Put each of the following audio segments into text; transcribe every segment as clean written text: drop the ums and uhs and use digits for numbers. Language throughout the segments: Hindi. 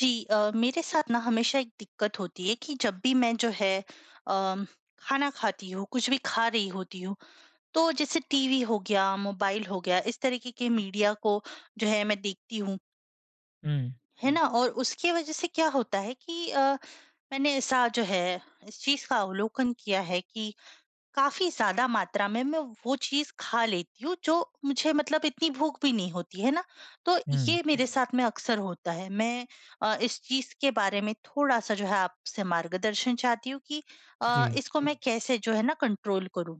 जी। मेरे साथ ना हमेशा एक दिक्कत होती है कि जब भी मैं जो है अम, खाना खाती हूँ कुछ भी खा रही होती हूँ। तो जैसे टीवी हो गया, मोबाइल हो गया, इस तरीके के मीडिया को जो है मैं देखती हूँ हुँ, है ना। और उसकी वजह से क्या होता है कि मैंने ऐसा जो है इस चीज का अवलोकन किया है कि काफ़ी ज़्यादा मात्रा में मैं वो चीज़ खा लेती हूँ जो मुझे मतलब इतनी भूख भी नहीं होती है ना। तो हुँ। ये मेरे साथ में अक्सर होता है। मैं इस चीज़ के बारे में थोड़ा-सा जो है आपसे मार्गदर्शन चाहती हूँ कि जी। इसको मैं हुँ। कैसे जो है ना कंट्रोल करूँ?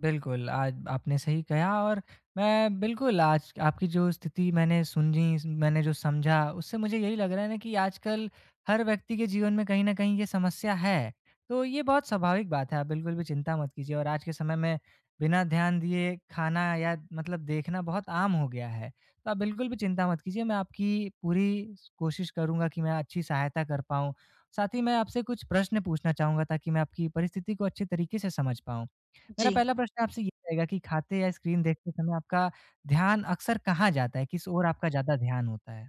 बिल्कुल, आज आपने सही कहा और मैं बिल्कुल आज आपकी जो स्थिति मैंने सुनी, मैंने जो समझा उससे मुझे यही लग रहा है ना कि आजकल हर व्यक्ति के जीवन में कहीं न कहीं ये समस्या है। तो ये बहुत स्वाभाविक बात है, आप बिल्कुल भी चिंता मत कीजिए और आज के समय में बिना ध्यान दिए खाना या मतलब देखना बहुत आम हो गया है। तो आप बिल्कुल भी चिंता मत कीजिए, मैं आपकी पूरी कोशिश करूँगा कि मैं अच्छी सहायता कर पाऊँ। साथ ही मैं आपसे कुछ प्रश्न पूछना चाहूँगा ताकि मैं आपकी परिस्थिति को अच्छे तरीके से समझ पाऊँ। मेरा जी। पहला प्रश्न आपसे ये रहेगा कि खाते या स्क्रीन देखते समय आपका ध्यान अक्सर कहाँ जाता है? किस ओर आपका ज़्यादा ध्यान होता है?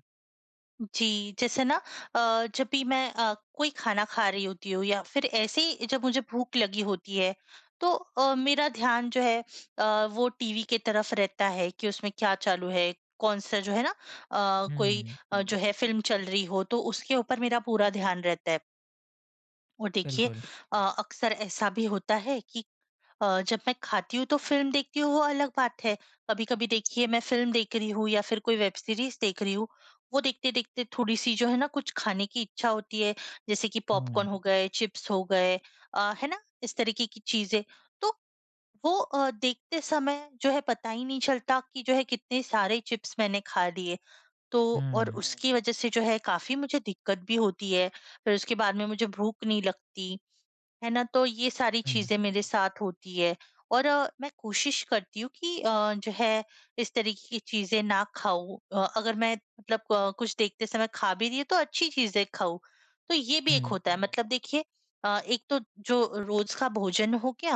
जी, जैसे ना जब भी मैं कोई खाना खा रही होती हूँ या फिर ऐसे ही जब मुझे भूख लगी होती है, तो मेरा ध्यान जो है वो टीवी की तरफ रहता है कि उसमें क्या चालू है, कौन-सा जो है ना कोई हुँ, जो है फ़िल्म चल रही हो, तो उसके ऊपर मेरा पूरा ध्यान रहता है। और देखिए बिल्कुल। अक्सर ऐसा भी होता है कि जब मैं खाती हूँ तो फ़िल्म देखती हूँ वो अलग बात है। कभी-कभी देखिए मैं फ़िल्म देख रही हूँ या फिर कोई वेब सीरीज़ देख रही हूँ, वो देखते-देखते थोड़ी-सी जो है ना कुछ खाने की इच्छा होती है, जैसे कि हुँ, पॉपकॉर्न हो गए, चिप्स हो गए, है ना? इस तरीके की चीज़ें। तो वो देखते समय जो है पता ही नहीं चलता कि जो है कितने सारे चिप्स मैंने खा लिए। तो और हुँ। हुँ, उसकी वज़ह से जो है काफ़ी मुझे दिक्कत भी होती है, फिर उसके बाद में मुझे भूख नहीं लगती। है ना? तो ये सारी हुँ, चीज़ें मेरे साथ होती है और मैं कोशिश करती हूँ कि जो है इस तरीके की चीज़ें ना खाऊँ। अगर मैं मतलब कुछ देखते समय खा भी रही हूँ तो अच्छी चीज़ें खाऊँ। तो ये भी एक हुँ, होता है हुँ। मतलब देखिए एक तो जो रोज़ का भोजन हो गया,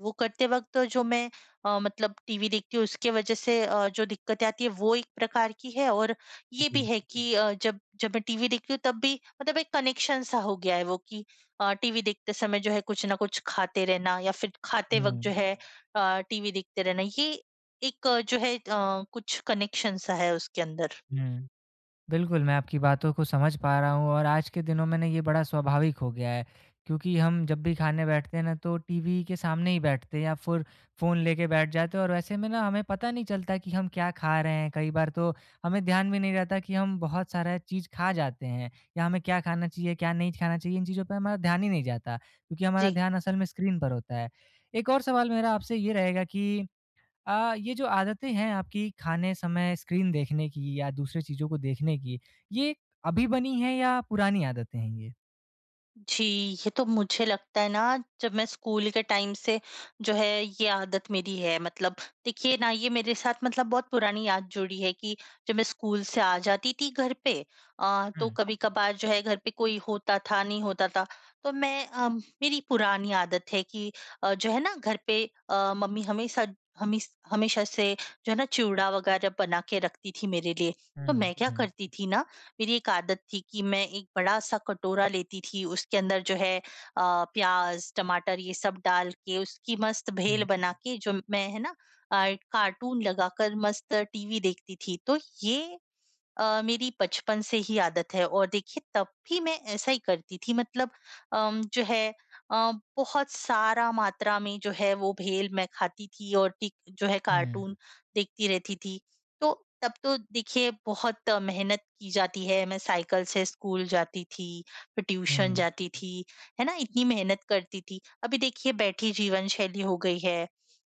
वो करते वक़्त जो मैं मतलब टीवी देखती हूँ उसके वज़ह से जो दिक्कतें आती है वो एक प्रकार की है। और ये भी जी। है जी कि जब जब मैं टीवी देखती हूँ तब भी मतलब एक कनेक्शन-सा हो गया है वो कि टीवी देखते समय जो है कुछ ना कुछ खाते रहना या फिर खाते हुँ, वक़्त जो है टीवी देखते रहना, ये एक जो है कुछ कनेक्शन सा है उसके अंदर। हुँ। बिल्कुल, मैं आपकी बातों को समझ पा रहा हूँ और आज के दिनों में ना ये बड़ा स्वाभाविक हो गया है, क्योंकि हम जब भी खाने बैठते हैं ना तो टीवी के सामने ही बैठते हैं या फिर फ़ोन लेके बैठ जाते हैं और वैसे में ना हमें पता नहीं चलता कि हम क्या खा रहे हैं। कई बार तो हमें ध्यान भी नहीं रहता कि हम बहुत सारा चीज़ खा जाते हैं या हमें क्या खाना चाहिए, क्या नहीं खाना चाहिए, इन चीज़ों पे हमारा ध्यान ही नहीं जाता, क्योंकि हमारा जी। ध्यान असल में स्क्रीन पर होता है। एक और सवाल मेरा आपसे ये रहेगा कि ये जो आदतें हैं आपकी खाने समय स्क्रीन देखने की या दूसरे चीज़ों को देखने की, ये अभी बनी हैं या पुरानी आदतें हैं ये? जी, ये तो मुझे लगता है ना जब मैं स्कूल के टाइम से जो है ये आदत मेरी है। मतलब देखिए ना ये मेरे साथ मतलब बहुत पुरानी याद जुड़ी है कि जब मैं स्कूल से आ जाती थी घर पे, तो हुँ, कभी-कभार जो है घर पे कोई होता था, नहीं होता था। तो मैं मेरी पुरानी आदत है कि जो है ना घर पे मम्मी हमेशा हमेशा से जो है ना चिवड़ा वगैरह बना के रखती थी मेरे लिए। तो हुँ, मैं क्या हुँ, करती थी ना, मेरी एक आदत थी कि मैं एक बड़ा-सा कटोरा लेती थी, उसके अंदर जो है प्याज़, टमाटर ये सब डाल के उसकी मस्त भेल हुँ, बना के जो मैं है ना अ, कार्टून लगाकर मस्त टीवी देखती थी। तो ये मेरी बचपन से ही आदत है और देखिए तब भी मैं ऐसा ही करती थी। मतलब जो है बहुत सारा मात्रा में जो है वो भेल मैं खाती थी और टिक जो है हुँ, कार्टून देखती रहती थी। तो तब तो देखिए बहुत मेहनत की जाती है, मैं साइकिल से स्कूल जाती थी फिर ट्यूशन हुँ, जाती थी, है ना? इतनी मेहनत करती थी। अभी देखिए बैठी जीवन शैली हो गई है,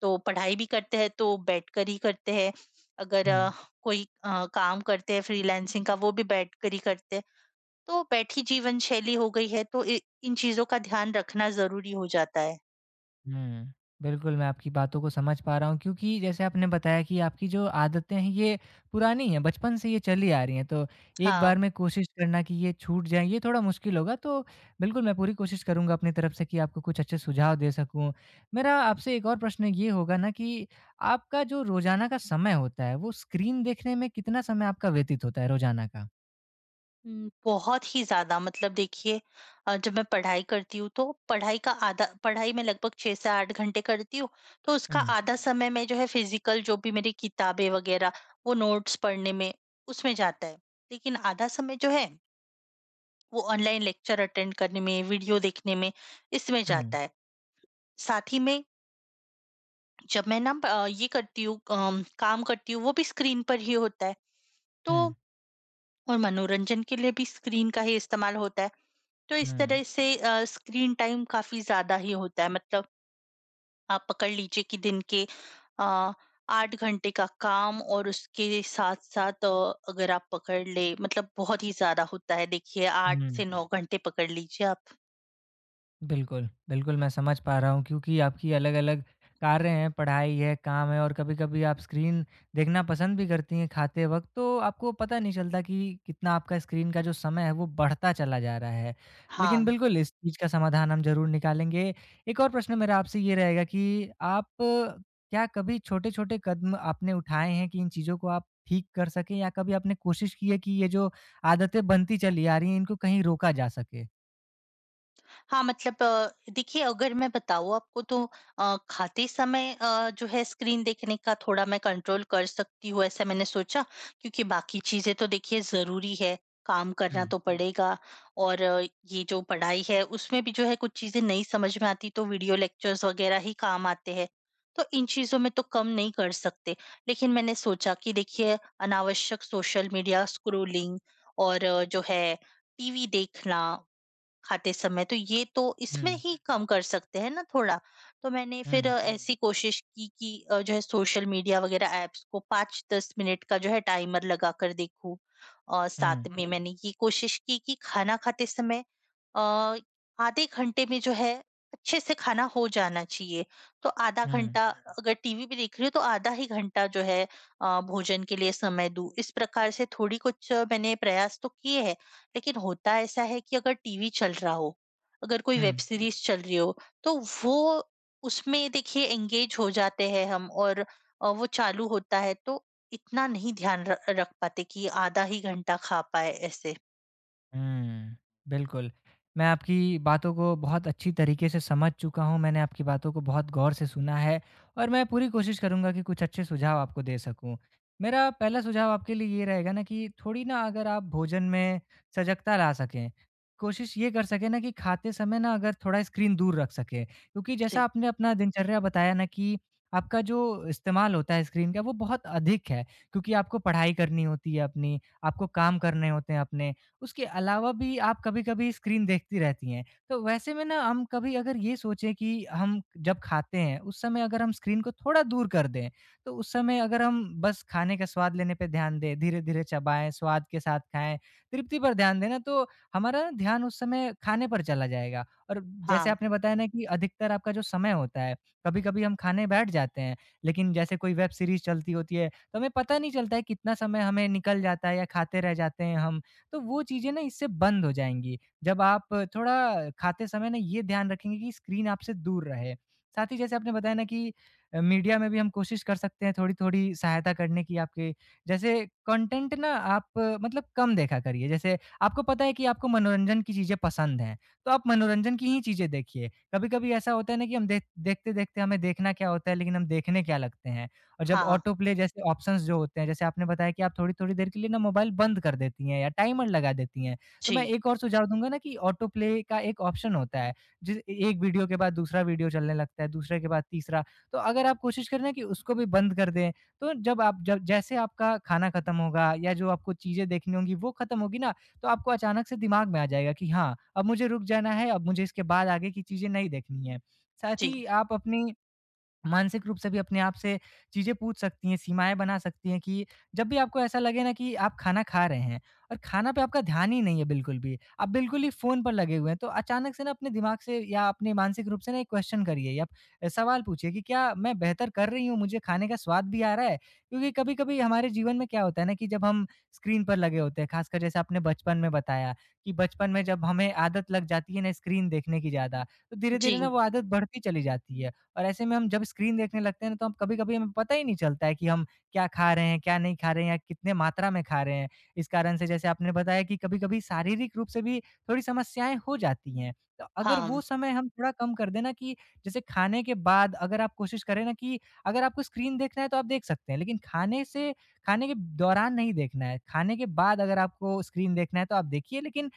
तो पढ़ाई भी करते हैं तो बैठकर ही करते हैं। अगर हुँ। कोई काम करते हैं फ्रीलांसिंग का, वो भी बैठकर ही करते हैं। तो बैठी जीवन शैली हो गई है तो इ इन चीज़ों का ध्यान रखना ज़रूरी हो जाता है। हुँ। बिल्कुल, मैं आपकी बातों को समझ पा रहा हूँ क्योंकि जैसे आपने बताया कि आपकी जो आदतें हैं ये पुरानी हैं, बचपन से ये चली आ रही हैं। तो एक हाँ। बार में कोशिश करना कि ये छूट जाएँ, ये थोड़ा मुश्किल होगा। तो बिल्कुल मैं पूरी कोशिश करूँगा अपनी तरफ से कि आपको कुछ अच्छे सुझाव दे सकूँ। मेरा आपसे एक और प्रश्न ये होगा ना कि आपका जो रोज़ाना का समय होता है, वो स्क्रीन देखने में कितना समय आपका व्यतीत होता है रोज़ाना का? हुँ। बहुत ही ज़्यादा। मतलब देखिए जब मैं पढ़ाई करती हूँ तो पढ़ाई का आधा पढ़ाई मैं लगभग 6 से 8 घंटे करती हूँ, तो उसका हुँ, आधा समय मैं जो है फिज़िकल जो भी मेरी किताबें वग़ैरह वो नोट्स पढ़ने में उसमें जाता है। लेकिन आधा समय जो है वो ऑनलाइन लेक्चर अटेंड करने में, वीडियो देखने में, इसमें हुँ, जाता है। साथ ही में जब मैं ना ये करती हूँ काम करती हूँ वो भी स्क्रीन पर ही होता है। तो हुँ, और मनोरंजन के लिए भी स्क्रीन का ही इस्तेमाल होता है। तो इस हुँ, तरह से स्क्रीन टाइम काफी ज्यादा ही होता है। मतलब आप पकड़ लीजिए कि दिन के अ, 8 घंटे का काम, और उसके साथ साथ अगर आप पकड़ ले मतलब बहुत ही ज्यादा होता है। देखिए आठ हुँ। से नौ घंटे पकड़ लीजिए आप। बिल्कुल, बिल्कुल मैं समझ पा रहा हूँ क्योंकि आपकी अलग-अलग कार्य हैं, पढ़ाई है, काम है और कभी-कभी आप स्क्रीन देखना पसंद भी करती हैं खाते वक़्त, तो आपको पता नहीं चलता कि कितना आपका स्क्रीन का जो समय है वो बढ़ता चला जा रहा है। लेकिन हाँ। बिल्कुल इस चीज़ का समाधान हम ज़रूर निकालेंगे। एक और प्रश्न मेरा आपसे ये रहेगा कि आप क्या कभी छोटे-छोटे कदम आपने उठाए हैं कि इन चीज़ों को आप ठीक कर सकें या कभी आपने कोशिश की है कि ये जो आदतें बनती चली आ रही हैं इनको कहीं रोका जा सके? हाँ, मतलब देखिए अगर मैं बताऊँ आपको तो खाते समय जो है स्क्रीन देखने का थोड़ा मैं कंट्रोल कर सकती हूँ, ऐसा मैंने सोचा, क्योंकि बाकी चीज़ें तो देखिए ज़रूरी है, काम हुँ, करना तो हुँ। पड़ेगा। और ये जो पढ़ाई है उसमें भी जो है कुछ चीज़ें नहीं समझ में आती तो वीडियो लेक्चर्स वग़ैरह ही काम आते हैं। तो इन चीज़ों में तो कम नहीं कर सकते, लेकिन मैंने सोचा कि देखिए अनावश्यक सोशल मीडिया स्क्रॉलिंग और जो है टीवी देखना खाते समय, तो ये तो इसमें हुँ, ही कम कर सकते हैं ना थोड़ा। तो मैंने फिर अ, हुँ। हुँ। ऐसी कोशिश की कि जो है सोशल मीडिया वग़ैरह ऐप्स को 5-10 मिनट का जो है टाइमर लगाकर देखूँ। और हुँ, साथ में हुँ। मैंने ये कोशिश की कि खाना खाते समय अ, आधे घंटे में जो है अच्छे से खाना हो जाना चाहिए। तो आधा हुँ, घंटा हुँ। अगर टीवी भी देख रही हूँ तो आधा ही घंटा जो है भोजन के लिए समय दूँ। इस प्रकार से थोड़ी कुछ मैंने प्रयास तो किए हैं। लेकिन होता ऐसा है कि अगर टीवी चल रहा हो, अगर कोई हुँ। वेब सीरीज़ चल रही हो, तो वो उसमें देखिए एंगेज हो जाते हैं हम, और वो चालू होता है तो इतना नहीं ध्यान र रख पाते कि आधा ही घंटा खा पाएँ ऐसे। हुँ, बिल्कुल। मैं आपकी बातों को बहुत अच्छी तरीके से समझ चुका हूँ, मैंने आपकी बातों को बहुत गौर से सुना है और मैं पूरी कोशिश करूँगा कि कुछ अच्छे सुझाव आपको दे सकूँ। मेरा पहला सुझाव आपके लिए ये रहेगा ना कि थोड़ी ना अगर आप भोजन में सजगता ला सकें, कोशिश ये कर सकें ना कि खाते समय ना अगर थोड़ा स्क्रीन दूर रख सकें। क्योंकि जैसा जी। आपने अपना दिनचर्या बताया ना कि आपका जो इस्तेमाल होता है स्क्रीन का वो बहुत अधिक है, क्योंकि आपको पढ़ाई करनी होती है अपनी, आपको काम करने होते हैं अपने उसके अलावा भी आप कभी-कभी स्क्रीन देखती रहती हैं। तो वैसे में ना हम कभी अगर ये सोचें कि हम जब खाते हैं उस समय अगर हम स्क्रीन को थोड़ा दूर कर दें, तो उस समय अगर हम बस खाने का स्वाद लेने पे ध्यान दें, धीरे-धीरे चबाएँ, स्वाद के साथ खाएँ, तृप्ति पर ध्यान दें ना तो हमारा ध्यान उस समय खाने पर चला जाएगा। और जैसे हाँ, आपने बताया ना कि अधिकतर आपका जो समय होता है, कभी-कभी हम खाने बैठ जाते हैं, लेकिन जैसे कोई वेब सीरीज़ चलती होती है, तो हमें पता नहीं चलता है कितना समय हमें निकल जाता है या खाते रह जाते हैं हम। तो वो चीज़ें ना इससे बंद हो जाएँगी। जब आप थोड़ा खाते समय ना ये ध्यान रखेंगे कि स्क्रीन आपसे दूर रहे। साथ ही जैसे आपने बताया ना कि मीडिया में भी हम कोशिश कर सकते हैं थोड़ी-थोड़ी सहायता करने की आपके। जैसे कंटेंट ना आप मतलब कम देखा करिए। जैसे आपको पता है कि आपको मनोरंजन की चीज़ें पसंद हैं, तो आप मनोरंजन की ही चीज़ें देखिए। कभी-कभी ऐसा होता है ना कि हम देखते-देखते हमें देखना क्या होता है, लेकिन हम देखने क्या लगते हैं। और जब हाँ। ऑटो प्ले जैसे ऑप्शंस जो होते हैं, जैसे आपने बताया कि आप थोड़ी-थोड़ी देर के लिए ना मोबाइल बंद कर देती हैं या टाइमर लगा देती हैं। तो मैं जी, एक और सुझाव दूँगा ना कि ऑटो प्ले का एक ऑप्शन होता है, जिस एक वीडियो के बाद दूसरा वीडियो चलने लगता है, दूसरे के बाद तीसरा। तो अगर आप कोशिश करें ना कि उसको भी बंद कर दें, तो जब जैसे आपका खाना खत्म होगा या जो आपको चीज़ें देखनी होंगी वो खत्म होगी ना, तो आपको अचानक से दिमाग में आ जाएगा कि हाँ, अब मुझे रुक जाना है, अब मुझे इसके बाद आगे की चीज़ें नहीं देखनी है। साथ जी, ही आप अपनी मानसिक रूप से भी अपने आप से चीज़ें पूछ सकती हैं, सीमाएँ बना सकती हैं कि जब भी आपको ऐसा लगे ना कि आप खाना खा रहे हैं और खाना पे आपका ध्यान ही नहीं है बिल्कुल भी, आप बिल्कुल ही फ़ोन पर लगे हुए हैं, तो अचानक से ना अपने दिमाग से या अपने मानसिक रूप से ना एक क्वेश्चन करिए या सवाल पूछिए कि क्या मैं बेहतर कर रही हूँ? मुझे खाने का स्वाद भी आ रहा है? क्योंकि कभी-कभी हमारे जीवन में क्या होता है ना कि जब हम स्क्रीन पर लगे होते हैं, ख़ासकर जैसे आपने बचपन में बताया कि बचपन में जब हमें आदत लग जाती है ना स्क्रीन देखने की ज़्यादा, तो जी। धीरे-धीरे ना वो आदत बढ़ती चली जाती है और ऐसे में हम जब स्क्रीन देखने लगते हैं ना, तो हम कभी-कभी हमें पता ही नहीं चलता है कि हम क्या खा रहे हैं, क्या नहीं खा रहे हैं या कितने मात्रा में खा रहे हैं। इस कारण से जैसे आपने बताया कि कभी-कभी शारीरिक रूप से भी थोड़ी समस्याएँ हो जाती हैं। तो अगर हाँ, वो समय हम थोड़ा कम कर दें ना कि जैसे खाने के बाद अगर आप कोशिश करें ना कि अगर आपको स्क्रीन देखना है तो आप देख सकते हैं, लेकिन खाने के दौरान नहीं देखना है। खाने के बाद अगर आपको स्क्रीन देखना है तो आप देखिए लेकिन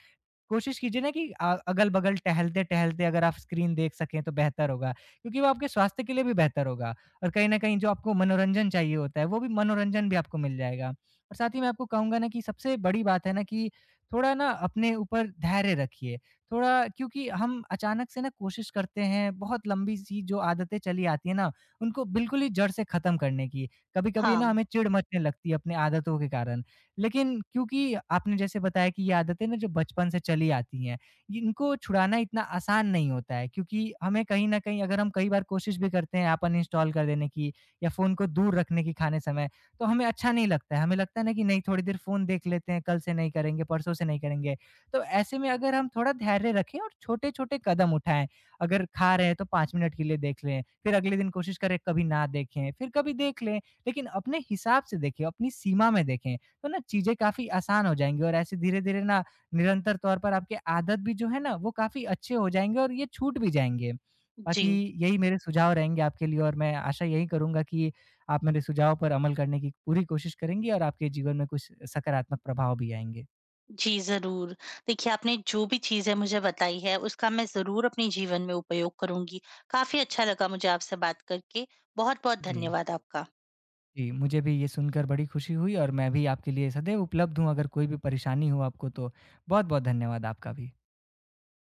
कोशिश कीजिए ना कि अगल-बगल टहलते-टहलते अगर आप स्क्रीन देख सकें तो बेहतर होगा, क्योंकि वो आपके स्वास्थ्य के लिए भी बेहतर होगा और कहीं न कहीं जो आपको मनोरंजन चाहिए होता है, वो भी मनोरंजन भी आपको मिल जाएगा। और साथ ही मैं आपको कहूँगा ना कि सबसे बड़ी बात है ना कि थोड़ा ना अपने ऊपर धैर्य रखिए, थोड़ा क्योंकि हम अचानक से ना कोशिश करते हैं, बहुत लंबी सी जो आदतें चली आती हैं ना, उनको बिल्कुल ही जड़ से खत्म करने की। कभी-कभी हाँ। ना हमें चिढ़ मचने लगती है अपनी आदतों के कारण लेकिन क्योंकि आपने जैसे बताया कि ये आदतें ना जो बचपन से चली आती हैं, इनको छुड़ाना इतना आसान नहीं होता है क्योंकि हमें कहीं न कहीं अगर हम कई बार कोशिश भी करते हैं ऐप अनइंस्टॉल कर देने की या फ़ोन को दूर रखने की खाने समय, तो हमें अच्छा नहीं लगता है। हमें लगता है ना कि नहीं थोड़ी देर फ़ोन देख लेते हैं, कल से नहीं करेंगे, परसों से नहीं करेंगे। तो ऐसे में अगर हम थोड़ा धैर्य रखें और छोटे-छोटे कदम उठाएँ, अगर खा रहे हैं तो 5 मिनट के लिए देख लें, फिर अगले दिन कोशिश करें कभी ना देखें, फिर कभी देख लें, लेकिन अपने हिसाब से देखें, अपनी सीमा में देखें। तो ना चीज़ें काफ़ी आसान हो जाएँगी और ऐसे धीरे-धीरे ना निरंतर तौर पर आपके आदत भी जो है ना वो काफ़ी अच्छे हो जाएँगे और ये छूट भी जाएँगे। जी, बाकी यही मेरे सुझाव रहेंगे आपके लिए और मैं आशा यही करूँगा कि आप मेरे सुझाव पर अमल करने की पूरी कोशिश करेंगी और आपके जीवन में कुछ सकारात्मक प्रभाव भी आएँगे। जी ज़रूर। देखिए आपने जो भी चीज़ें मुझे बताई है उसका मैं ज़रूर अपने जीवन में उपयोग करूँगी। काफ़ी अच्छा लगा मुझे आपसे बात करके। बहुत-बहुत जी, धन्यवाद आपका। जी, मुझे भी ये सुनकर बड़ी खुशी हुई और मैं भी आपके लिए सदैव उपलब्ध हूँ, अगर कोई भी परेशानी हो आपको तो। बहुत-बहुत धन्यवाद आपका भी।